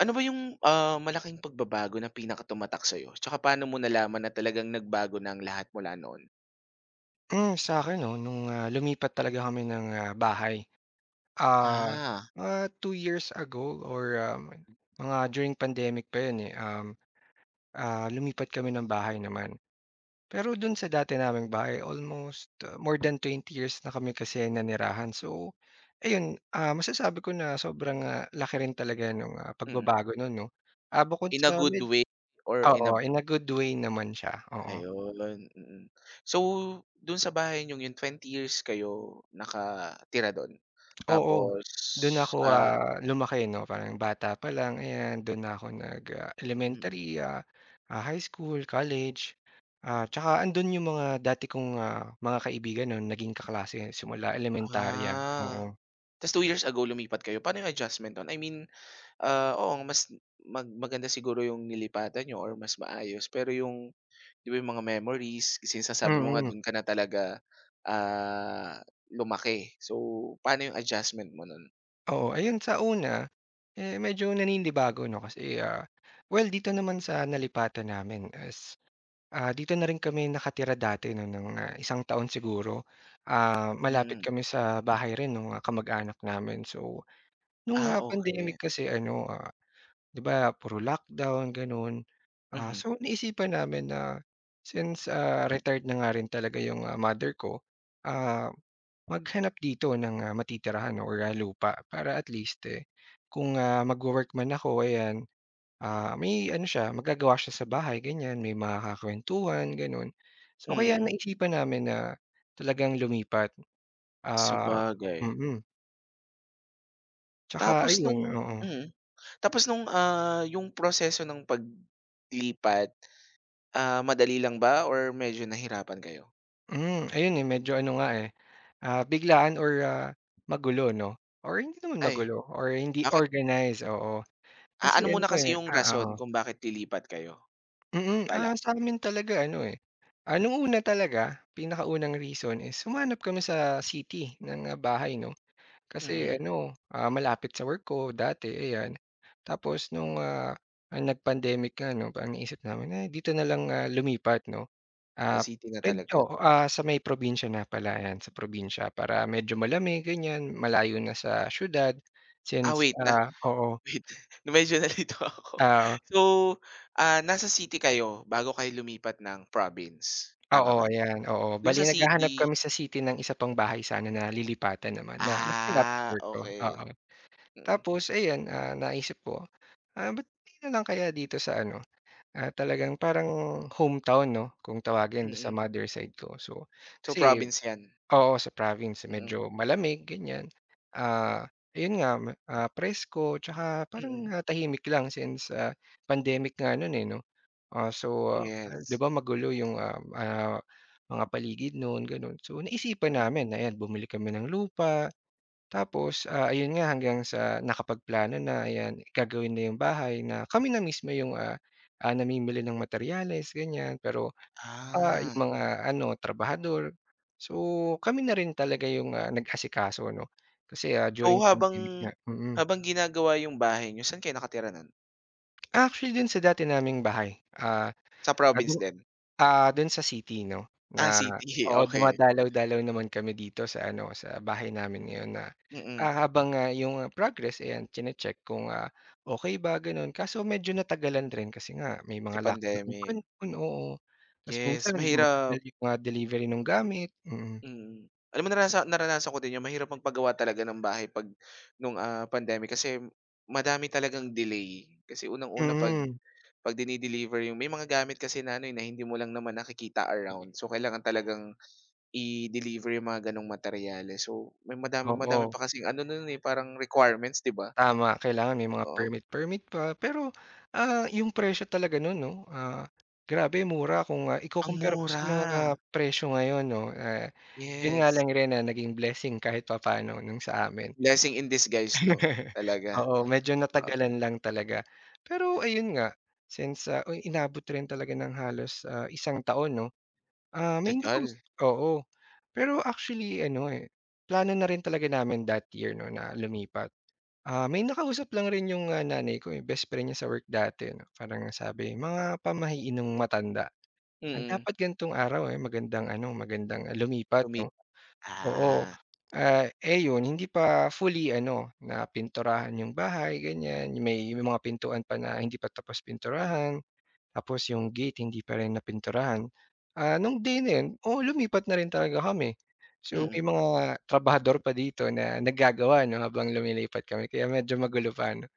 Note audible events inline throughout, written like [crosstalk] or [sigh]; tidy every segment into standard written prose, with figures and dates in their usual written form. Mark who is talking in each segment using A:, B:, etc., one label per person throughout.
A: Ano ba yung, malaking pagbabago na pinakatumatak sa'yo? Tsaka paano mo nalaman na talagang nagbago na ang lahat mula noon?
B: Sa'kin 'no, lumipat talaga kami bahay, ah,
A: Ah,
B: mga 2 years ago or mga during pandemic pa yun, eh, lumipat kami ng bahay naman. Pero dun sa dati naming bahay almost more than 20 years na kami kasi nanirahan. So ayun, masasabi ko na sobrang, laki rin talaga nung
A: mm.
B: pagbabago nun 'no. Ah, bukod
A: In a
B: sa
A: good
B: med
A: way or in a
B: Oo, in a good way naman siya, oo.
A: ayun, mm. So, dun sa bahay niyong yun, 20 years kayo nakatira dun?
B: Oo,
A: Tapos,
B: dun ako,
A: ah
B: lumaki 'no, parang bata pa lang ayan, dun na ako nag
A: mm.
B: elementary, ah, high school, college, tsaka andun yung mga dati kong, mga kaibigan 'no, naging kaklase simula elementarya,
A: Ah,
B: oo.
A: Ta's 2 years ago lumipat kayo. Paano yung adjustment nun? I mean, oo, mas maganda siguro yung nilipatan nyo or mas maayos pero yung 'Di ba yung mga memories, sinasabi mo nga
B: Mm,
A: dun ka na talaga, ah, lumaki. So, paano yung adjustment mo nun?
B: oo. Ayun sa una, eh, medyo naninibago 'no, kasi, well dito naman sa nalipatan namin is dito na rin kami nakatira dati 'no, ng isang taon siguro. Malapit
A: Mm.
B: kami sa bahay rin ng kamag-anak namin. So, nung,
A: Ah,
B: ah,
A: okey.
B: pandemic kasi ano, 'di ba puro lockdown, gano'n.
A: Mhm,
B: So naisipan namin na since, retired na nga rin talaga yung, mother ko, ah, maghanap dito ng matitirahan no, or, lupa para at least, eh, kung, magwo-work man ako, ayan. May ano siya, magagawa siya sa bahay ganyan, may makakakuwentuhan gano'n. So kaya
A: mm.
B: naisipan namin na talagang lumipat, ah
A: Sabagay.
B: mm. Tsaka
A: Tapos
B: ayun,
A: nung
B: oo.
A: mm. Tapos nung, yung proseso ng paglipat, madali lang ba or medyo nahirapan kayo?
B: Ayun, eh, medyo ano nga, eh, biglaan or magulo 'no, or hindi naman
A: Ay,
B: magulo or hindi
A: bakit?
B: organized, oo.
A: Ah,
B: Kasi
A: ano
B: ano,
A: muna kasi
B: eh
A: yung
B: ah,
A: rason
B: oo.
A: kung bakit lilipat kayo
B: Mm,
A: pala?
B: sa'min talaga ano, eh, nung una talaga, pinakaunang reason is humanap kami sa city ng bahay 'no. Kasi
A: Mm,
B: ano, malapit sa work ko dati, ayan. Tapos nung ang nag-pandemic nga 'no, parang naisip namin, "Ay dito na lang, lumipat 'no."
A: sa
B: Ah,
A: city na
B: puwed
A: talaga.
B: oo, sa may probinsya na pala, ayan, sa probinsya para medyo malamig ganyan, malayo na sa siyudad
A: Ah,
B: since,
A: wait, nasa
B: oo,
A: Wait, [laughs] medyo nalito ako.
B: ah,
A: So, nasa city kayo bago kayo lumipat ng province, tama
B: oo,
A: ba?
B: ayan, oo.
A: Do'n
B: Bale
A: sa
B: naghahanap
A: city,
B: kami sa city ng isa pang bahay sana na lilipatan naman na mas malapit sa work ko, oo.
A: okay. Mm,
B: Tapos ayan, naisip ko, ba't 'di na lang kaya dito sa ano. Talagang parang hometown 'no, kung tawagin do'n sa
A: mm.
B: mother side ko. So,
A: So,
B: kasi
A: province 'yan?
B: oo, sa province
A: Mm,
B: medyo malamig ganyan. Ah, ayun nga, presko tsaka parang,
A: mm.
B: tahimik lang since, pandemic nga no'n, eh, 'no. So, 'di
A: Yes,
B: ba magulo yung, mga paligid no'n gano'n. So, naisipan
A: mm.
B: namin ayan bumili kami ng lupa tapos, ayun nga hanggang sa nakapagplano na, ayan, gagawin na yung bahay na kami na mismo yung, namimili ng materyales ganyan, pero,
A: Ah,
B: yung mga ano trabahador. So, kami na rin talaga yung, nag-asikaso 'no, kasi, during
A: so habang
B: pandemic nga mm. mm.
A: habang ginagawa yung bahay niyo, saan kayo nakatira no'n?
B: Actually din sa dati naming bahay,
A: Sa
B: ah,
A: province din?
B: Dun sa city 'no,
A: Ah,
B: na
A: city, [laughs]
B: oo,
A: okay.
B: dumadalaw-dalaw naman kami dito sa ano, sa bahay namin ngayon na, ah,
A: Mm,
B: habang, ah, yung, progress ayan chine-check kung, okey ba ganon. Kaso medyo natagalan rin kasi nga may
A: sa
B: mga lockdown
A: pandemic.
B: ganun, oo. Tas
A: Yes,
B: minsan matagal
A: mahirap.
B: yung mga delivery nung gamit, mm.
A: Mm. Alam mo naranasan ko din yung mahirap magpagawa talaga ng bahay 'pag nung, pandemic kasi madami talagang delay. Kasi unang-una 'pag
B: Mm,
A: 'pag dine-deliver yung may mga gamit kasi na ano, eh, na hindi mo lang naman nakikita around. So, kailangan talagang i-deliver yung mga gano'ng materyales. So, may madami madami
B: oo.
A: pa kasing ano nun, eh, parang requirements, 'di ba?
B: Tama, kailangan may mga
A: Oo.
B: permit permit pa. Pero, yung presyo talaga nun 'no, grabe mura kung,
A: Ang
B: ikukumpara mo sa
A: mura,
B: mga presyo ngayon 'no. Eh, yun nga
A: yes.
B: lang rin na naging blessing kahit papaano nung sa amin.
A: Blessing in disguise 'no,
B: [laughs]
A: talaga.
B: Oo, medyo
A: Oo,
B: natagalan lang talaga. Pero ayun nga, inabot rin talaga ng halos, isang taon 'no. Ah, may
A: tagal.
B: nakausap oo. Pero actually ano, eh, plano na rin talaga namin that year 'no na lumipat. May nakausap lang rin yung, nanay ko, eh, best friend niya sa work dati 'no, parang sabi, "Mga pamahiinong matanda,
A: Mm,
B: dapat ganitong araw, eh, magandang ano, magandang lumipat
A: tumi
B: 'no." Oo,
A: ah,
B: yun hindi pa fully ano, napinturahan yung bahay ganyan, may mga pintuan pa na hindi pa tapos pinturahan, tapos yung gate hindi pa rin napinturahan. Nung day na yun, oo, lumipat na rin talaga kami. So,
A: mm.
B: may mga trabahador pa dito na naggagawa 'no, habang lumilipat kami kaya medyo magulo pa 'no.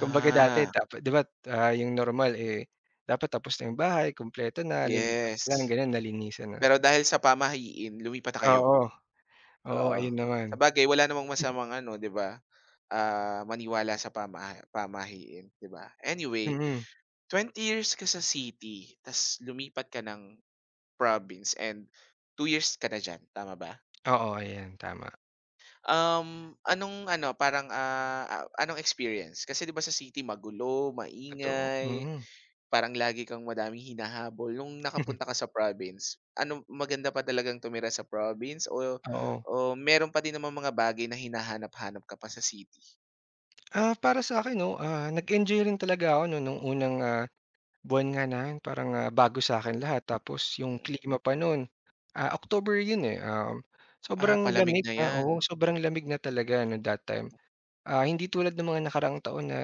B: Kumbaga dati dapat 'di ba, yung normal, eh, dapat tapos na yung bahay, kumpleto na, lilipat
A: Yes,
B: lang gano'n, nalinisan na.
A: pero dahil sa pamahiin lumipat na kayo,
B: Oo, oo,
A: oo.
B: ayun naman.
A: Sabagay wala namang masamang ano 'di ba, maniwala sa pamahiin 'di ba? Anyway,
B: Mm,
A: 20 years ka sa city ta's lumipat ka ng province and 2 years ka na diyan, tama ba?
B: oo, ayan tama,
A: Anong ano parang, anong experience? Kasi 'di ba sa city magulo,
B: totoo,
A: maingay.
B: mm.
A: Parang lagi kang madaming hinahabol. Nung nakapunta ka
B: [laughs]
A: sa province, ano maganda pa talagang tumira sa province o
B: Oo.
A: o meron pa din naman mga bagay na hinahanap-hanap ka pa sa city?
B: Para sa'kin 'no, nag-enjoy rin talaga ako 'no nung unang, buwan nga namin parang, bago sa'kin lahat tapos yung
A: Mm.
B: klima pa no'n, October 'yun, eh,
A: Ah,
B: sobrang
A: palamig
B: lamig
A: na
B: na
A: 'yan.
B: oo, sobrang lamig na talaga 'no that time. Hindi tulad ng mga nakaraang taon na,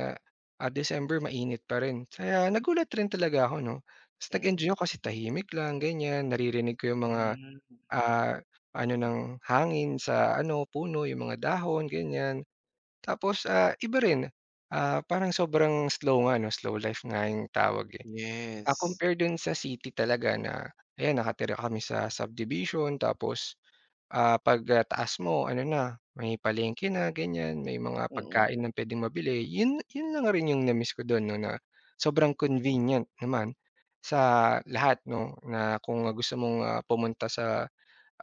B: December mainit pa rin. Kaya nagulat rin talaga ako 'no, ta's
A: Mm.
B: nag-enjoy ako kasi tahimik lang ganyan, naririnig ko yung mga,
A: Hmm,
B: ah, ano ng hangin sa ano, puno, yung mga dahon ganyan. Tapos, iba rin, parang sobrang slow nga 'no, slow life nga yung tawag, eh.
A: yes.
B: Compare dun sa city talaga na ayan nakatira kami sa subdivision tapos. Pagtaas mo ano na, may palengke na ganyan, may mga
A: Mm,
B: pagkain ng puwedeng mabili. Yun yun lang rin yung na-miss ko dun 'no na sobrang convenient naman sa lahat 'no, na kung gusto mong, pumunta sa,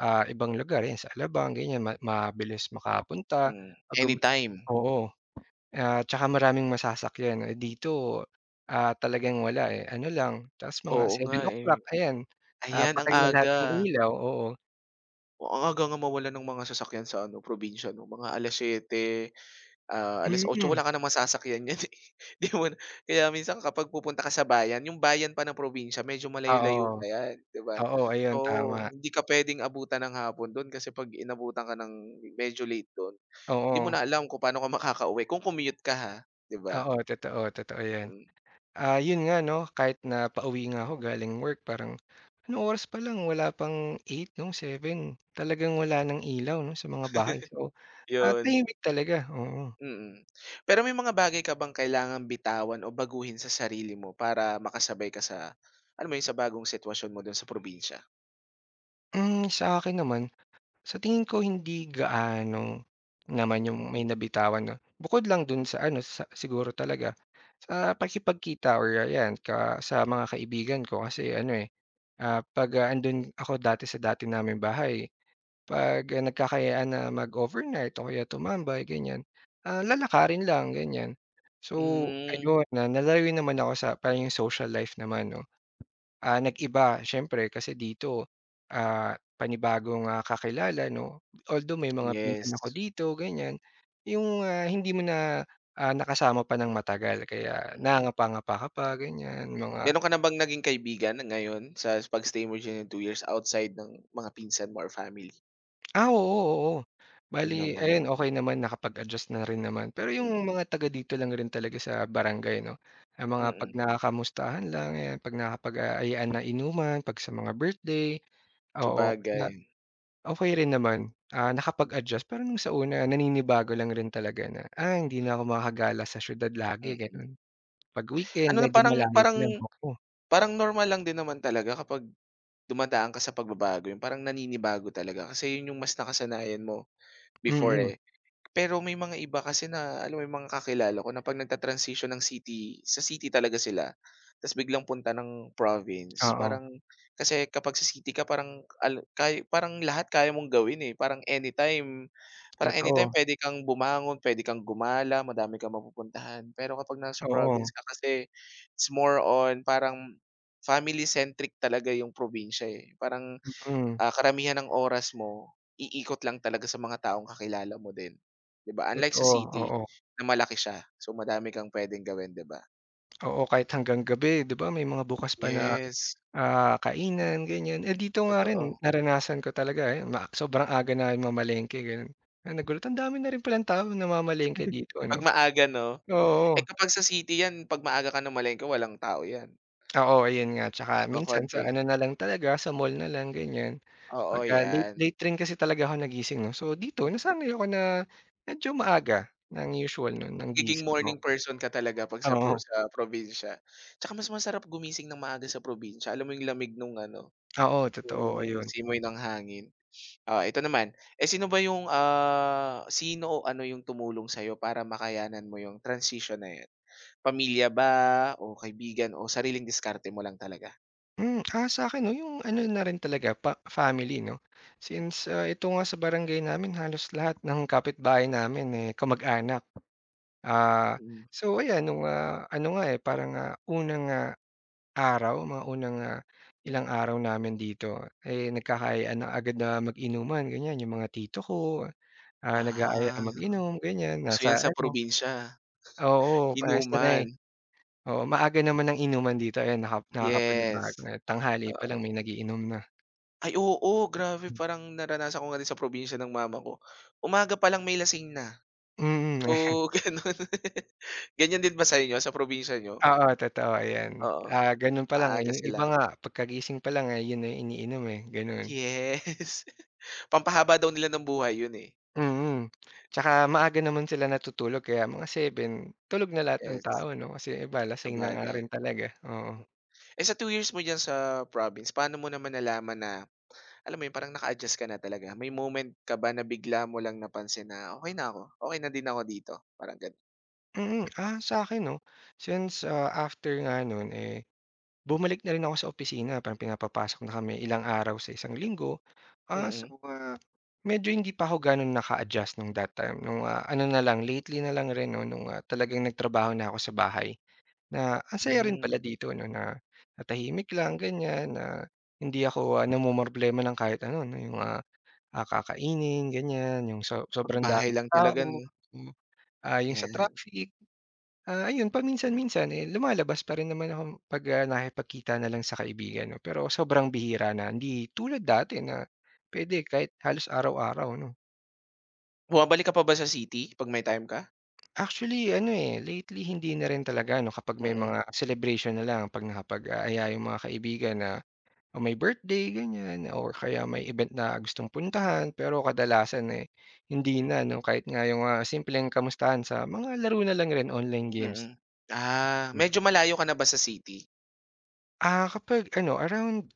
B: ibang lugar, yan sa Alabang ganyan ma mabilis makapunta.
A: hmm.
B: Pag gum
A: Anytime.
B: oo, at tsaka maraming masasakyan. Eh, dito, talagang wala, eh, ano lang ta's mga
A: Oo nga,
B: seven
A: eh.
B: o'clock ayan,
A: Ayan, ang
B: patay na lahat ng
A: aga.
B: ilaw, oo.
A: Oh, ang aga nga mawalan ng mga sasakyan sa ano, probinsya 'no, mga 7:00. 8:00
B: Mm,
A: wala ka ng masasakyan niyan, eh. [laughs] 'Di mo na kaya minsan kapag pupunta ka sa bayan, yung bayan pa ng probinsya medyo
B: oo.
A: malayo-layo pa 'yan, 'di ba?
B: Oo, ayun tama.
A: So, hindi ka puwedeng abutan ng hapon do'n kasi 'pag inabutan ka ng medyo late do'n, hindi mo
B: Oo,
A: na alam kung paano ka makakauwi kung commute ka, ha, 'di ba?
B: oo, totoo, totoo 'yan.
A: Hmm,
B: 'Yun nga 'no, kahit na pauwi nga ako galing work parang anong oras pa lang wala pang 8 'no, 7 talagang wala ng ilaw 'no, sa mga bahay. So,
A: 'yun,
B: tahimik talaga, oo.
A: mm. Pero may mga bagay ka bang kailangan bitawan o baguhin sa sarili mo para makasabay ka sa, alam mo 'yun, sa bagong sitwasyon mo do'n sa probinsya?
B: Sa'kin naman sa tingin ko hindi gaano naman
A: Mm.
B: yung may nabitawan 'no. Bukod lang dun sa ano, sa siguro talaga sa pakikipagkita or ayan ka sa mga kaibigan ko kasi ano, eh, 'pag, andun ako dati sa dati naming bahay, 'pag, nagkakayaan na mag-overnight o kaya tumambay ganyan, lalakarin lang ganyan. So
A: Hmm,
B: ayun, na nadalaw naman ako sa parang yung social life naman 'no. Nag-iba siyempre kasi dito, panibagong, kakilala 'no. Although may mga pinsan ako
A: yes.
B: dito ganyan, yung, hindi mo na, nakasama pa ng matagal kaya nangangapa-ngapa ka pa ganyan mga
A: Meron ka na bang naging kaibigan na ngayon sa pag-stay mo diyan ng 2 years outside ng mga pinsan mo or family?
B: oo, oo.
A: Yun
B: Bale
A: naman,
B: ayun okey naman nakapag-adjust na rin naman. Pero
A: mm,
B: yung mga taga dito lang rin talaga sa barangay 'no, ang mga 'pag
A: mm.
B: nakakamustahan lang, ayan, 'pag nakapag-aayaan na inuman, 'pag sa mga birthday, oo,
A: Sabagay,
B: kaya okey rin naman, nakapag-adjust pero nung sa una naninibago lang rin talaga na, hindi na ako makakagala sa siyudad
A: mm.
B: lagi
A: mm.
B: gano'n. 'Pag weekend
A: Ano na
B: medyo
A: parang
B: malayo na,
A: parang
B: oo,
A: parang normal lang din naman talaga kapag dumadaan ka sa pagbabago, yung parang naninibago talaga kasi yun yung mas nakasanayan mo before,
B: mm,
A: eh. Pero may mga iba kasi na alam mo may mga kakilala ko na 'pag nagta-transition ng city sa city talaga sila, ta's biglang punta ng province.
B: oo,
A: Parang kasi kapag sa city ka parang al kay parang lahat kaya mong gawin, eh, parang anytime
B: totoo,
A: pwede kang bumangon, pwede kang gumala, madami kang mapupuntahan. Pero kapag nasa
B: oo,
A: province ka kasi it's more on parang family centric talaga yung probinsya, eh. Parang
B: mm,
A: karamihan ng oras mo iikot lang talaga sa mga taong kakilala mo din, 'di ba? Unlike sa
B: totoo,
A: city
B: oo,
A: na malaki siya, so madami kang pwedeng gawin, 'di ba?
B: oo, kahit hanggang gabi 'di ba may mga bukas pa na,
A: Yes,
B: kainan ganyan. Eh, dito nga rin
A: totoo.
B: naranasan ko talaga, eh, sobrang aga namin mamalengke gano'n, nagulat ang dami na rin palang tao namamalengke dito
A: 'Pag
B: ano,
A: maaga 'no? Eh,
B: oo.
A: kapag sa city 'yan 'pag maaga ka namalengke walang tao 'yan
B: Oo, ayun nga. Tsaka
A: o
B: minsan
A: konti.
B: sa ano na lang talaga, sa mall na lang, ganyan.
A: Oo,
B: Pagka late
A: 'yan.
B: late rin kasi talaga ako nagising 'no. So dito,
A: Mm,
B: nasanay ako na medyo maaga ng usual 'no, ng
A: magiging
B: gising
A: morning
B: ko.
A: person ka talaga 'pag sa pro
B: Oo,
A: sa probinsya. Tsaka mas masarap gumising ng maaga sa probinsya, alam mo yung lamig nung ano,
B: oo, totoo,
A: yung
B: ayun.
A: simoy ng hangin. Oh, ito naman. Eh, sino ba yung, sino o ano yung tumulong sa'yo para makayanan mo yung transition na 'yan? Pamilya ba o kaibigan o sariling diskarte mo lang talaga?
B: Sa'kin 'no, yung ano na rin talaga, pa family 'no. Since, ito nga sa barangay namin halos lahat ng kapitbahay namin, eh, kamag-anak. Ah,
A: Mm.
B: so ayan, ano nga, eh, parang, unang araw, mga unang, ilang araw namin dito, eh, nagkakaayaan na agad na mag-inuman ganyan, yung mga tito ko, Mm. nag-aaya
A: Ah,
B: mag-inom ganyan,
A: uso 'yan
B: nasa
A: sa
B: ano
A: probinsya,
B: oo, parang sanay.
A: inuman.
B: Oo, maaga naman ang inuman dito ayan
A: Yes,
B: nakakapanibago na tanghali pa
A: oo.
B: lang may nagiinom na.
A: Ay, oo, grabe parang naranasan ko nga din sa probinsya ng mama ko. Umaga pa lang may lasing na.
B: Mm, [laughs]
A: Oo, [laughs] gano'n. Ganyan din ba sa inyo, sa probinsya niyo?
B: oo totoo yan.
A: Oo,
B: Ganun pa lang, eh,
A: maaga
B: yung
A: sila.
B: iba nga pagkagising pa lang, eh, yun na yung iniinom, eh, ganun.
A: Yes. [laughs] Pampahaba daw nila ng buhay yun, eh.
B: Mm. Tsaka maaga naman sila natutulog kaya mga 7 tulog na lahat ng
A: Yes,
B: tao 'no, kasi yung iba lasing na nga
A: sabagay.
B: rin talaga, oo.
A: Hmm. Eh, sa 2 years mo diyan sa province, paano mo naman nalaman na, alam mo yun, parang naka-adjust ka na talaga? May moment ka ba na bigla mo lang napansin na, "Okay na ako, okay na din ako dito," parang ganun?
B: Sa'kin 'no, since, after nga nun, eh, bumalik na rin ako sa opisina parang pinapapasok na kami ilang araw sa isang linggo. Ah,
A: Mm-mm.
B: so,
A: Mm.
B: ah, medyo hindi pa ako gano'n naka-adjust nung that time, ano na lang lately na lang rin 'no, talagang nagtrabaho na ako sa bahay. Na ang saya rin
A: Hmm,
B: pala dito 'no, na na tahimik lang ganyan, na hindi ako, namomroblema ng kahit ano 'no, yung, kakainin ganyan, yung so sobrang
A: pagbahay
B: daming
A: lang talaga
B: tao,
A: 'no?
B: hmm, yung sa
A: Yeah.
B: traffic. Ayun paminsan-minsan, eh, lumalabas pa rin naman ako 'pag, nakikipagkita na lang sa kaibigan 'no, pero sobrang bihira na, hindi tulad dati na puwede kahit halos araw-araw 'no.
A: Bumabalik ka pa ba sa city 'pag may time ka?
B: Actually ano, eh, lately hindi na rin talaga 'no, kapag may
A: Mm,
B: mga celebration na lang, 'pag nakapag-aaya yung mga kaibigan na o may birthday ganyan or kaya may event na gustong puntahan pero kadalasan, eh, hindi na 'no kahit nga yung, simpleng kamustahan sa mga laro na lang rin online games.
A: mm. Ah,
B: Hmm.
A: medyo malayo ka na ba sa city?
B: Kapag ano around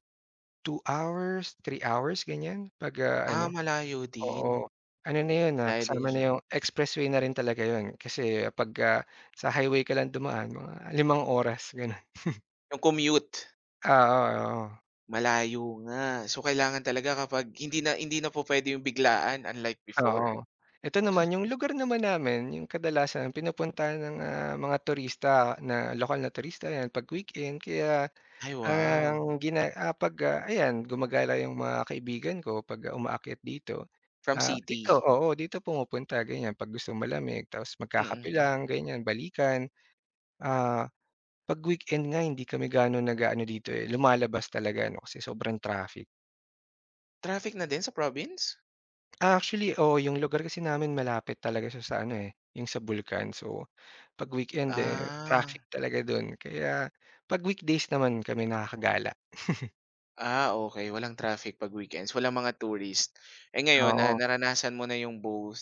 B: 2 hours, 3 hours ganyan pag,
A: Ah,
B: ano
A: malayo din.
B: oo. Ano na yun,
A: Malayo din
B: kasama na
A: siya.
B: yung expressway na rin talaga yun kasi pagka sa highway ka lang dumaan mga 5 oras ganun.
A: Yung commute.
B: Oo, oo.
A: Malayo nga. So, kailangan talaga kapag hindi na pupuwede yung biglaan unlike before.
B: Oo. Ito naman, yung lugar naman namin, yung kadalasan pinupuntahan ng, mga turista na lokal na turista, 'yan 'pag weekend. Kaya
A: Ay, wow.
B: 'pag, ayan, gumagala yung mga kaibigan ko 'pag umaakyat dito.
A: From
B: Dito,
A: city?
B: oo, dito pumupunta, ganyan. 'Pag gusto malamig tapos
A: Mm.
B: magkakape lang, ganyan, balikan. Ah, 'Pag weekend nga hindi kami ganon nag-aano dito, eh, lumalabas talaga 'no, kasi sobrang traffic.
A: Traffic na din sa province?
B: Actually, oh yung lugar kasi namin malapit talaga siya sa ano, eh, yung sa bulkan. So 'pag weekend, eh, traffic
A: Ah.
B: talaga dun kaya 'pag weekdays naman kami nakakagala.
A: Ah, okey. Walang traffic 'pag weekends, walang mga tourist. Eh, ngayon na
B: Oo,
A: naranasan mo na yung both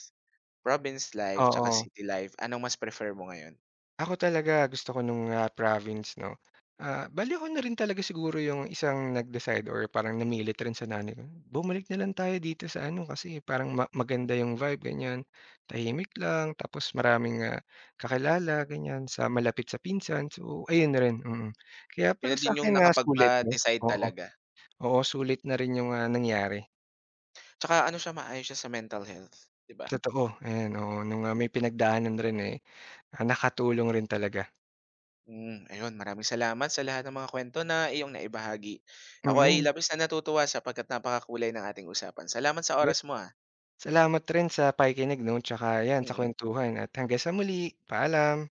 A: province life tsaka
B: oo.
A: city life, anong mas prefer mo ngayon?
B: Ako talaga gusto ko nung, province 'no, bale ako na rin talaga siguro yung isang nag-decide or parang namilit rin sa nanay ko, "Bumalik na lang tayo dito sa ano kasi parang maganda yung vibe," ganyan. Tahimik lang tapos maraming, kakilala ganyan sa malapit sa pinsan. So, ayun rin, mm. Kaya
A: Yun
B: para
A: na din yung
B: sa'kin, sulit 'no,
A: nakapagpa-decide
B: oo.
A: talaga.
B: Oo, sulit na rin yung, nangyari.
A: Tsaka ano siya, maayos siya sa mental health, 'di ba?
B: Totoo, ayan, oo, nung, may pinagdaanan rin, eh, nakatulong rin talaga.
A: Hmm, ayun maraming salamat sa lahat ng mga kwento na iyong naibahagi. Ako ay
B: Mm,
A: labis na natutuwa sapagkat napakakulay ng ating usapan. Salamat sa
B: yun,
A: oras mo, ah.
B: salamat rin sa pakikinig 'no, 'tsaka yan sa
A: Mm.
B: kuwentuhan at hanggang sa muli, paalam.